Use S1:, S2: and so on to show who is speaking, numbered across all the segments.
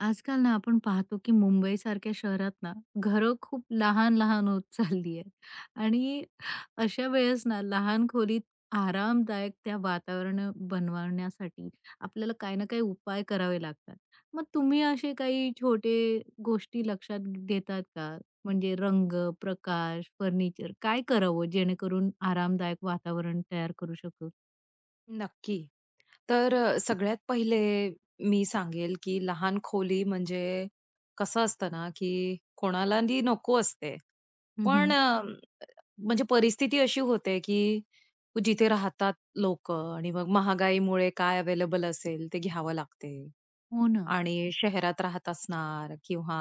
S1: आजकाल ना आपण पाहतो की मुंबईसारख्या शहरात ना घरं खूप लहान-लहान होत चालली आहेत आणि अशा वेळेस ना लहान खोलीत आरामदायक त्या वातावरण बनवण्यासाठी आपल्याला काही ना काही उपाय करावे लागतात. मग तुम्ही असे काही छोटे गोष्टी लक्षात देतात का? म्हणजे रंग, प्रकाश, फर्निचर काय करावं जेणेकरून आरामदायक वातावरण तयार करू शकू?
S2: नक्की. सगळ्यात पहिले मी सांगेल, की लहान खोली म्हणजे कसं असतं ना, की कोणाला ती नको असते. पण
S1: हं,
S2: अ, म्हणजे परिस्थिती अशी होते, की जिथे राहतात लोकं आणि मग महागाईमुळे काय अवेलेबल असेल ते घ्यावं लागते.
S1: हो ना.
S2: आणि शहरात राहत असणार किंवा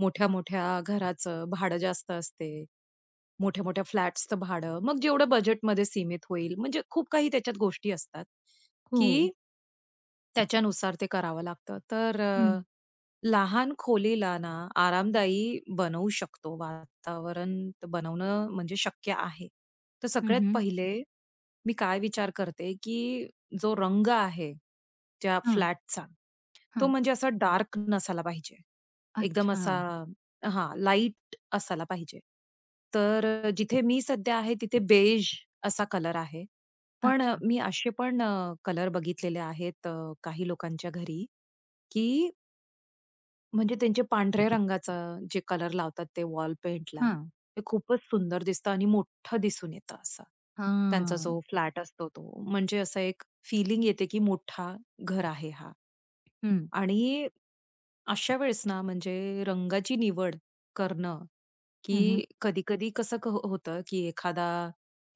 S2: मोठ्या-मोठ्या घराचं भाडं जास्त असते. मोठ्या-मोठ्या फ्लॅट्सचं भाडं, मग जेवढं बजेटमध्ये सीमित होईल, म्हणजे खूप काही त्याच्यात गोष्टी असतात,
S1: हो.
S2: की त्याच्यानुसार ते करावं लागतं.
S1: हं.
S2: लहान खोलीला ना आरामदायी बनवू शकतो, वातावरण बनवणं म्हणजे शक्य आहे. तर सगळ्यात
S1: हं,
S2: पहिले मी काय विचार करते, की जो रंग आहे त्या
S1: हां.
S2: फ्लॅटचा तो
S1: हां.
S2: म्हणजे असा डार्क नसायला पाहिजे. एकदम
S1: अच्छा.
S2: असा हां, लाईट असायला पाहिजे. जिथे मी सध्या आहे तिथे बेज असा कलर आहे.
S1: अच्छा.
S2: मी असे पण कलर बघितलेले आहेत काही लोकांच्या घरी, की म्हणजे त्यांचे पांढऱ्या रंगाचं जे कलर लावतात ते वॉल पेंटला,
S1: हां.
S2: ते खूपच सुंदर दिसतं आणि मोठं दिसून येतं असं. त्यांचा जो
S1: हां.
S2: फ्लॅट असतो तो. म्हणजे असा एक फीलिंग येते, की मोठा घर आहे हा.
S1: हं.
S2: आणि अशा वेळेस ना म्हणजे रंगाची निवड करणं, की
S1: हं,
S2: कधी-कधी कसं होतं, की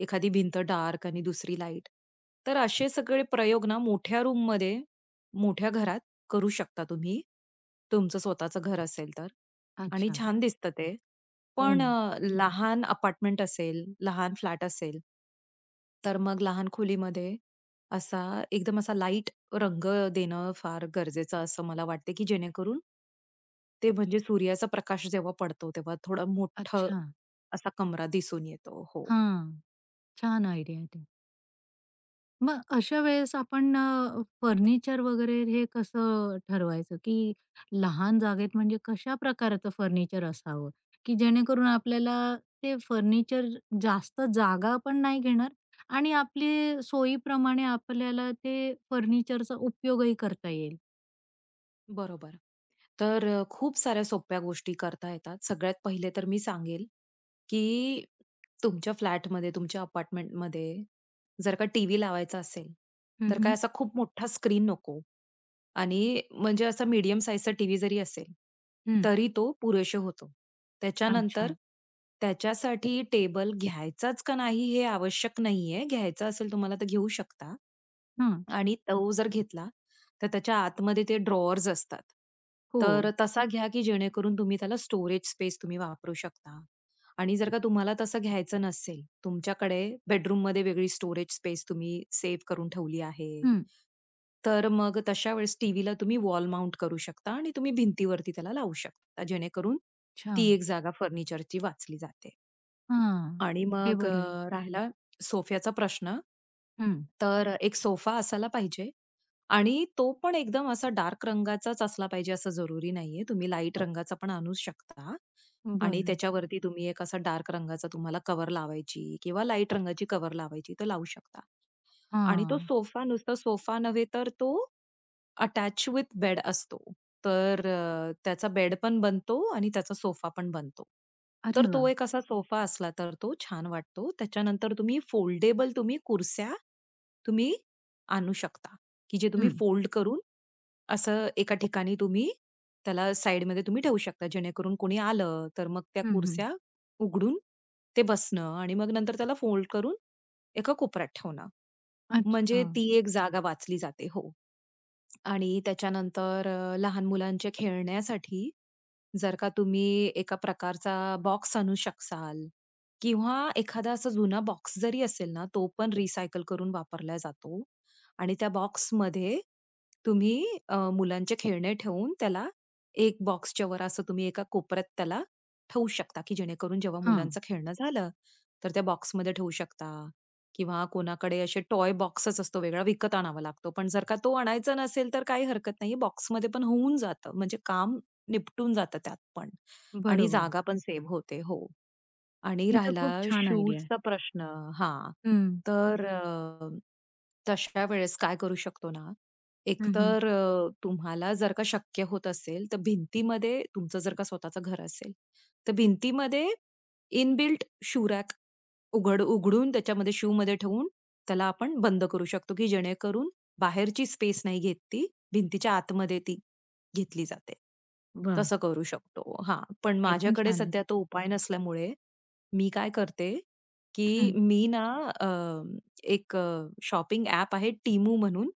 S2: एखादी भिंत डार्क आणि दुसरी लाईट. तर असे सगळे प्रयोग ना मोठ्या रूममध्ये, मोठ्या घरात करू शकता तुम्ही. तुमचं स्वतःचं घर असेल तर आणि
S1: अच्छा.
S2: छान दिसतं ते.
S1: हो ना.
S2: लहान अपार्टमेंट असेल, लहान फ्लॅट असेल, तर मग लहान खोलीमध्ये असा एकदम असा लाईट रंग देणं फार गरजेचं असं मला वाटते, की जेणेकरून ते म्हणजे सूर्याचा प्रकाश जेव्हा पडतो, तेव्हा थोडा मोठं
S1: अच्छा.
S2: असा कमरा दिसून येतो. हो,
S1: हां. छान आयडिया आहे ते. मग अशा वेळेस आपण फर्निचर वगैरे हे कसं ठरवायचं, की लहान जागेत म्हणजे कशा प्रकारचं फर्निचर असावं, की जेणेकरून आपल्याला ते फर्निचर जास्त जागा पण नाही घेणार आणि आपली सोयीप्रमाणे आपल्याला ते फर्निचरचा उपयोगही करता येईल?
S2: बरोबर. खूप साऱ्या सोप्या गोष्टी करता येतात. सगळ्यात पहिले तर मी सांगेल, की तुमच्या फ्लॅटमध्ये, तुमच्या अपार्टमेंटमध्ये जर का टीव्ही लावायचा असेल,
S1: हं,
S2: तर काय
S1: हं.
S2: असा खूप मोठा स्क्रीन नको. आणि म्हणजे असा मीडियम साइजचा टीव्ही जरी असेल,
S1: हं.
S2: तरी तो पुरेसे होतो.
S1: अच्छा.
S2: त्याच्यानंतर त्याच्यासाठी टेबल घ्यायचाच का नाही हे आवश्यक नाहीये. घ्यायचा असेल तुम्हाला तर घेऊ शकता.
S1: हां.
S2: आणि तो जर घेतला, तर त्याच्या आतमध्ये ते ड्रॉवर्स असतात.
S1: हो.
S2: तर तसा घ्या, की जेणेकरून तुम्ही त्याला स्टोरेज स्पेस वापरू शकता. आणि जर का तुम्हाला तसं घ्यायचं नसेल, तुमच्याकडे बेडरूममध्ये वेगळी स्टोरेज स्पेस तुम्ही सेव्ह करून ठेवली आहे
S1: हं.
S2: तर मग तशा वेळेस टीव्हीला तुम्ही वॉल माउंट करू शकता आणि तुम्ही भिंतीवरती त्याला लावू शकता. जेणेकरून
S1: अच्छा.
S2: ती एक जागा फर्निचरची वाचली जाते.
S1: हां.
S2: आणि
S1: हे
S2: मग अ,
S1: बरं आहे.
S2: राहिला सोफ्याचा प्रश्न.
S1: हं.
S2: तर एक सोफा असायला पाहिजे आणि तो पण एकदम असा डार्क रंगाचाच असला पाहिजे असं जरुरी नाहीये. तुम्ही लाईट रंगाचा पण आणू शकता आणि
S1: बरं.
S2: त्याच्यावरती तुम्ही एक असा डार्क रंगाचा तुम्हाला कव्हर लावायची किंवा लाईट रंगाची कव्हर लावायची तर लावू शकता. आणि तो
S1: हां.
S2: सोफा नुसता सोफा नव्हे तर तो अटॅच विथ बेड असतो. त्याचा बेड पण बनतो आणि त्याचा सोफा पण बनतो.
S1: अरे
S2: तर
S1: वाह!
S2: तो एक असा सोफा असला तर तो छान वाटतो. त्याच्यानंतर तुम्ही फोल्डेबल कुर्स्या तुम्ही आणू शकता, की जे तुम्ही
S1: हं.
S2: फोल्ड करून असं एका ठिकाणी त्याला साइडमध्ये तुम्ही ठेवू शकता. जेणेकरून कोणी आलं तर मग त्या
S1: हं, हं.
S2: कुर्स्या उघडून ते बसणं आणि मग नंतर त्याला फोल्ड करून एका कोपऱ्यात ठेवणं.
S1: अच्छा.
S2: म्हणजे ती एक जागा वाचली जाते. हो. आणि त्याच्यानंतर लहान मुलांचे खेळण्यासाठी जर का तुम्ही एका प्रकारचा बॉक्स आणू शकाल किंवा एखादा असा जुना बॉक्स जरी असेल ना, तो पण रिसायकल करून वापरला जातो. आणि त्या बॉक्समध्ये तुम्ही मुलांचे खेळणे ठेवून त्याला एक बॉक्सच्या वर असं तुम्ही एका कोपऱ्यात त्याला ठेवू शकता, की जेणेकरून जेव्हा
S1: हां.
S2: मुलांचं खेळणं झालं, तर त्या बॉक्समध्ये ठेवू शकता. किंवा कोणाकडे असे टॉय बॉक्सच असतो वेगळा, विकत आणावा लागतो. पण जर का तो आणायचा नसेल, तर काही हरकत नाही. बॉक्समध्ये पण होऊन जातं. म्हणजे काम निपटून जातं त्यात पण आणि
S1: बरोबर.
S2: जागा पण सेव्ह होते. हो. आणि
S1: ही तर
S2: राहिला
S1: खूप छान आयडिया आहे.
S2: शूजचा प्रश्न हां.
S1: हं.
S2: तर अ, तशा वेळेस काय करू शकतो ना,
S1: हं, हं.
S2: एकतर तुम्हाला जर का शक्य होत असेल, तर भिंतीमध्ये तुमचं जर का स्वतःचं घर असेल, तर भिंतीमध्ये इनबिल्ट शू रॅक उघडून त्याच्यामध्ये शूमध्ये ठेवून त्याला आपण बंद करू शकतो, की जेणेकरून बाहेरची स्पेस नाही घेत ती, भिंतीच्या आतमध्ये ती घेतली जाते.
S1: वाह!
S2: तसं करू शकतो. हां, पण
S1: हे पण
S2: माझ्याकडे
S1: छान आहे.
S2: सध्या तो उपाय नसल्यामुळे मी काय करते, की
S1: हं.
S2: मी ना अ, एक शॉपिंग ॲप आहे Temu म्हणून.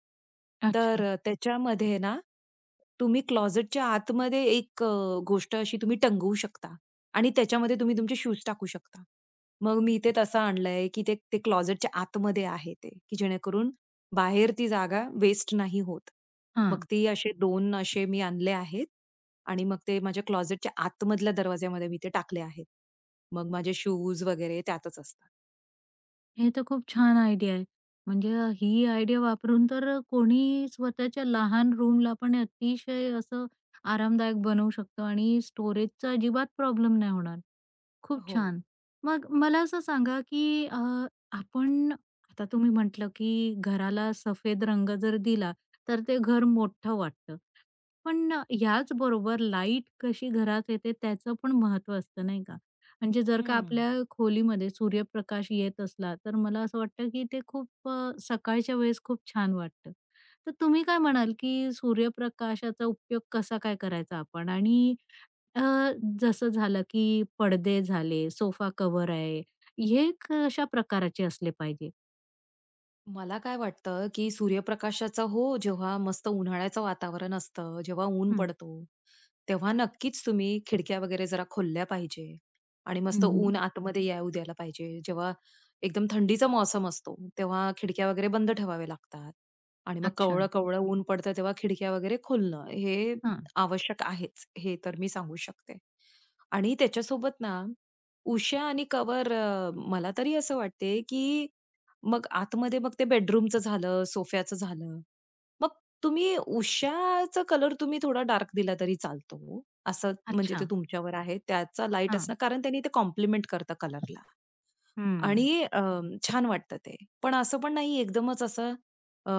S1: अच्छा.
S2: त्याच्यामध्ये ना तुम्ही क्लोझेटच्या आतमध्ये एक गोष्ट अशी तुम्ही टंगवू शकता आणि त्याच्यामध्ये तुम्ही तुमचे शूज टाकू शकता. मग मी ते तसं आणलंय, की ते ते क्लोझेटच्या आतमध्ये आहे ते, की जेणेकरून बाहेर ती जागा वेस्ट नाही होत. मग
S1: हां.
S2: ती असे 2 असे मी आणले आहेत. आणि मग ते माझ्या क्लॉझेटच्या आतमधल्या दरवाज्यामध्ये मी ते टाकले आहेत. मग माझे शूज वगैरे त्यातच असतात.
S1: हे तर खूप छान आयडिया आहे. म्हणजे ही आयडिया वापरून तर कोणी स्वतःच्या लहान रूमला पण अतिशय असं आरामदायक बनवू शकतो आणि स्टोरेजचा अजिबात प्रॉब्लेम नाही होणार. खूप
S2: हो.
S1: छान. मग मला असं सांगा, की आपण आता तुम्ही म्हटलं, की घराला सफेद रंग जर दिला, तर ते घर मोठं वाटतं. पण याचबरोबर लाईट कशी घरात येते त्याचं पण महत्त्व असतं, नाही का? म्हणजे जर का
S2: हं.
S1: आपल्या खोलीमध्ये सूर्यप्रकाश येत असला, तर मला असं वाटतं की ते खूप सकाळच्या वेळेस खूप छान वाटतं. तर तुम्ही काय म्हणाल की सूर्यप्रकाशाचा उपयोग कसा काय करायचा आपण? आणि अ, जसं झालं की पडदे झाले, सोफा कव्हर आहे, हे कशा प्रकाराचे असले पाहिजे?
S2: मला काय वाटतं, की सूर्यप्रकाशाचा हो, जेव्हा मस्त उन्हाळ्याचं वातावरण असतं, जेव्हा ऊन
S1: हं,
S2: पडतो, तेव्हा नक्कीच तुम्ही खिडक्या वगैरे जरा खोलल्या पाहिजे आणि मस्त
S1: हं, हं.
S2: ऊन आतमध्ये येऊ द्यायला पाहिजे. जेव्हा एकदम थंडीचा मौसम असतो, तेव्हा खिडक्या वगैरे बंद ठेवाव्या लागतात आणि मग
S1: अच्छा.
S2: कवळं-कवळं ऊन पडतं, तेव्हा खिडक्या वगैरे खोलणं हे
S1: हां.
S2: आवश्यक आहेच, हे तर मी सांगू शकते. आणि त्याच्यासोबत ना, उषा आणि कव्हर मला तरी असं वाटते, की मग आतमध्ये मग ते बेडरूमचं झालं, सोफ्याचं झालं. मग उशाचा कलर तुम्ही थोडा डार्क दिला तरी चालतो. असं म्हणजे ते
S1: अच्छा.
S2: तुमच्यावर आहे. त्याचा लाईट असणं
S1: हां.
S2: कारण त्यांनी ते कॉम्प्लिमेंट करतं कलरला. आणि
S1: हं,
S2: अ, छान वाटतं ते. पण असं पण नाही एकदमच असं अ,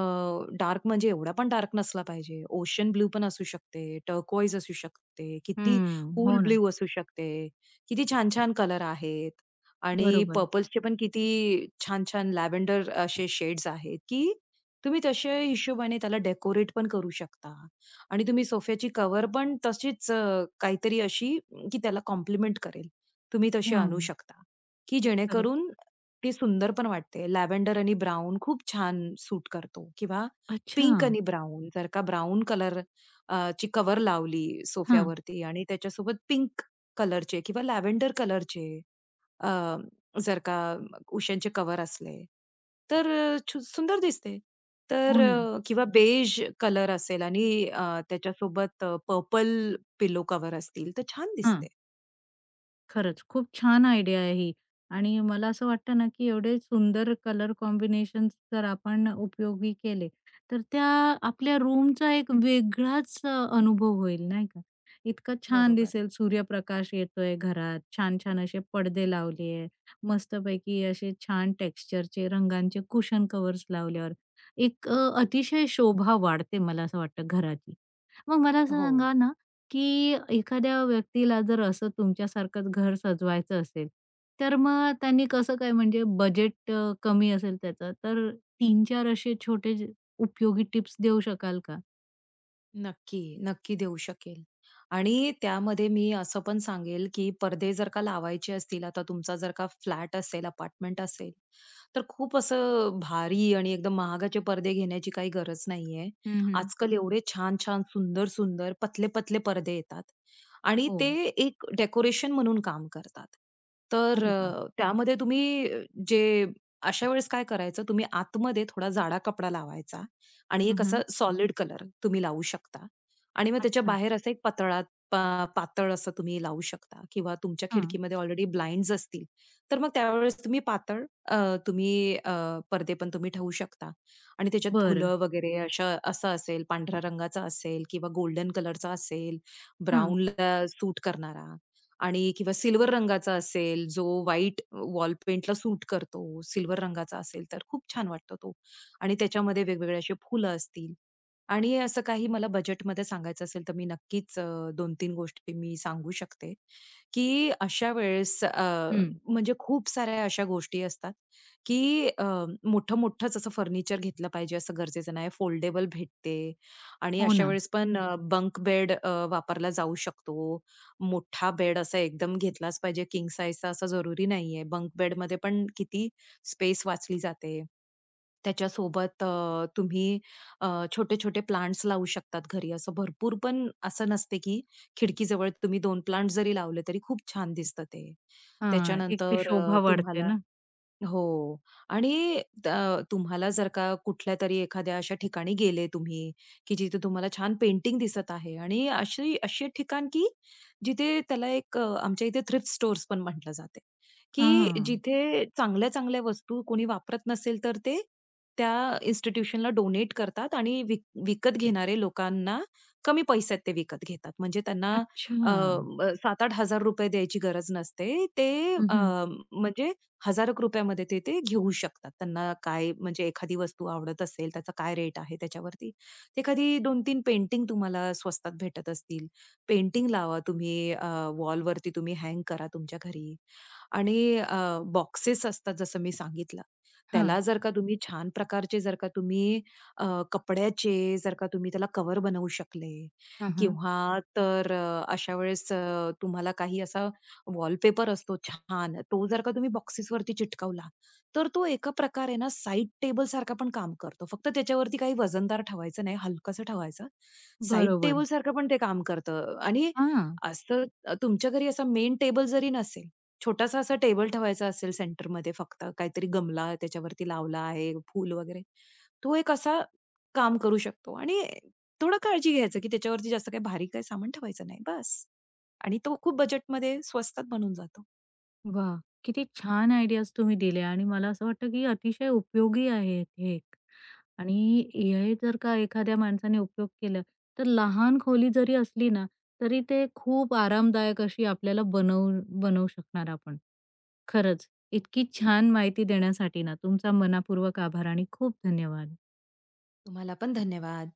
S2: डार्क म्हणजे एवढा पण डार्क नसला पाहिजे. ओशन ब्लू पण असू शकते, टर्कोइज असू शकते, किती
S1: हं.
S2: कूल
S1: हो ना.
S2: ब्लू असू शकते. किती छान-छान कलर आहेत आणि
S1: बरोबर.
S2: पर्पल्सचे पण किती छान-छान लॅव्हेंडर असे शेड्स आहेत, की तुम्ही तशा हिशोबाने त्याला डेकोरेट पण करू शकता आणि तुम्ही सोफ्याची कव्हर पण तशीच काहीतरी अशी की त्याला कॉम्प्लिमेंट करेल. तुम्ही तशी आणू
S1: हं.
S2: शकता. की
S1: खरंच.
S2: जेणेकरून ती सुंदर पण वाटते. लॅव्हेंडर आणि ब्राउन खूप छान सूट करतो किंवा
S1: अच्छा.
S2: पिंक आणि ब्राउन जर का ब्राउन कलर अ, ची कव्हर लावली
S1: हां.
S2: सोफ्यावरती आणि त्याच्यासोबत पिंक कलरचे किंवा लॅव्हेंडर कलरचे अ, जर का उशांचे कव्हर असले, तर छू सुंदर दिसते.
S1: हो ना.
S2: किंवा बेज कलर असेल आणि त्याच्यासोबत पर्पल पिलो कव्हर असतील, तर छान दिसते.
S1: हां. खरंच खूप छान आयडिया आहे ही आणि मला असं वाटतं ना, की एवढे सुंदर कलर कॉम्बिनेशन्स जर आपण उपयोगी केले, तर त्या आपल्या रूमचा एक वेगळाच अनुभव होईल नाही का? इतका छान
S2: बरोबर.
S1: दिसेल सूर्यप्रकाश येतोय घरात, छान-छान असे पडदे लावले आहे, मस्तपैकी असे छान टेक्स्चरचे रंगांचे कुशन कव्हर्स लावल्यावर एक अतिशय शोभा वाढते मला असं वाटतं घराची. मग मला
S2: हो.
S1: असं सांगा ना, की एखाद्या व्यक्तीला जर असं तुमच्यासारखंच घर सजवायचं असेल, तर मग त्यांनी कसं काय म्हणजे बजेट कमी असेल त्याचं, तर तीन चार असे छोटे जे उपयोगी टिप्स देऊ शकाल का?
S2: नक्की, नक्की देऊ शकेल. आणि त्यामध्ये मी असं पण सांगेल, की पडदे जर का लावायचे असतील, आता तुमचा जर का फ्लॅट असेल, अपार्टमेंट असेल, तर खूप असं भारी आणि एकदम महागाचे पडदे घेण्याची काही गरज नाहीये.
S1: हं, हं.
S2: आजकाल एवढे छान-छान, सुंदर-सुंदर, पतले-पतले पडदे येतात आणि
S1: हो.
S2: ते एक डेकोरेशन म्हणून काम करतात.
S1: अरे वाह!
S2: त्यामध्ये तुम्ही जे अशा वेळेस काय करायचं, तुम्ही आतमध्ये थोडा जाडा कपडा लावायचा. आणि
S1: हं,
S2: एक असा
S1: हं.
S2: सॉलिड कलर तुम्ही लावू शकता. आणि मग त्याच्या
S1: अच्छा.
S2: बाहेर असा एक पातळ असं तुम्ही लावू शकता किंवा तुमच्या
S1: हां.
S2: खिडकीमध्ये ऑलरेडी ब्लाइंड्स असतील, तर मग त्यावेळेस तुम्ही अ, तुम्ही अ, पडदे पण तुम्ही ठेवू शकता. आणि त्याच्यात
S1: बरं.
S2: फुलं वगैरे अशा असं असेल, पांढऱ्या रंगाचा असेल किंवा गोल्डन कलरचा असेल,
S1: हां.
S2: ब्राउनला सूट करणारा आणि किंवा सिल्वर रंगाचा असेल, जो व्हाईट वॉल पेंटला सूट करतो, सिल्वर रंगाचा असेल, तर खूप छान वाटतो तो. आणि त्याच्यामध्ये वेगवेगळे असे फुलं असतील, आणि असं काही मला बजेटमध्ये सांगायचं असेल, तर मी नक्कीच 2-3 गोष्टी मी सांगू शकते, की
S1: हं.
S2: म्हणजे खूप साऱ्या अशा गोष्टी असतात, की मोठं-मोठंच असं फर्निचर घेतलं पाहिजे असं गरजेचं नाही. फोल्डेबल भेटते आणि
S1: हो
S2: अशा
S1: ना.
S2: वेळेस पण बंक बेड वापरला जाऊ शकतो. मोठा बेड असा एकदम घेतलाच पाहिजे, किंग साइजचा असा जरुरी नाहीये. बंक बेडमध्ये पण किती स्पेस वाचली जाते. त्याच्यासोबत तुम्ही छोटे-छोटे प्लांट्स लावू शकतात घरी. असं भरपूर पण असं नसते, की खिडकीजवळ तुम्ही दोन प्लांट जरी लावले, तरी खूप छान दिसतं ते.
S1: हां. एक ते
S2: त्याच्यानंतर अ,
S1: शोभा वाढते
S2: तुम्हाला
S1: ना?
S2: हो. आणि त तुम्हाला जर का कुठल्या तरी एखाद्या अशा ठिकाणी गेले तुम्ही, की जिथे तुम्हाला छान पेंटिंग दिसत आहे आणि अशी अशी एक ठिकाण, की जिथे त्याला आमच्या इथे थ्रिफ्ट स्टोअर्स पण म्हटलं जाते, की
S1: हां.
S2: जिथे चांगल्या-चांगल्या वस्तू कोणी वापरत नसेल तर ते त्या इन्स्टिट्यूशनला डोनेट करतात आणि विकत घेणारे लोकांना कमी पैशात ते विकत घेतात. म्हणजे त्यांना अ,
S1: अच्छा.
S2: ₹7,000-8,000 द्यायची गरज नसते.
S1: हं, हं.
S2: म्हणजे हजारो रुपयामध्ये ते ते घेऊ शकतात. त्यांना काय म्हणजे एखादी वस्तू आवडत असेल, त्याचा काय रेट आहे त्याच्यावरती. ते कधी 2-3 पेंटिंग तुम्हाला स्वस्तात भेटत असतील. पेंटिंग लावा तुम्ही वॉलवरती तुम्ही हँग करा तुमच्या घरी. आणि बॉक्सेस असतात जसं मी सांगितलं. त्याला
S1: हां.
S2: जर का तुम्ही छान प्रकारचे जर का तुम्ही अ, कपड्याचे जर का तुम्ही त्याला कव्हर बनवू शकले
S1: हां, हां.
S2: किंवा तुम्हाला काही असा वॉलपेपर असतो छान, तो जर का तुम्ही बॉक्सेसवरती चिटकवला, तर तो एका प्रकारे ना साइड टेबलसारखा पण काम करतो. फक्त त्याच्यावरती काही वजनदार ठेवायचं नाही, हलकसं ठेवायचं. साइड
S1: बरोबर.
S2: टेबलसारखं पण ते काम करतं आणि
S1: हां.
S2: असं तुमच्या घरी असा मेन टेबल जरी नसेल, छोटासा असा टेबल ठेवायचा असेल सेंटरमध्ये फक्त, काहीतरी गमला त्याच्यावरती लावला आहे, फूल वगैरे. तो एक असा काम करू शकतो आणि थोडं काळजी घ्यायचं, की त्याच्यावरती जास्त काही भारी काही सामान ठेवायचं नाही, बस. आणि तो खूप बजेटमध्ये स्वस्तात बनून जातो.
S1: वा, किती छान आयडियाज तुम्ही दिल्या आणि मला असं वाटतं, की अतिशय उपयोगी आहेत हे. आणि हे जर का एखाद्या माणसाने उपयोग केला, तर लहान खोली जरी असली ना, तरी ते खूप आरामदायक अशी आपल्याला बनवू बनवू शकणार आपण. खरंच, इतकी छान माहिती देण्यासाठी ना, तुमचा मनापूर्वक आभार आणि खूप धन्यवाद.
S2: तुम्हाला पण धन्यवाद.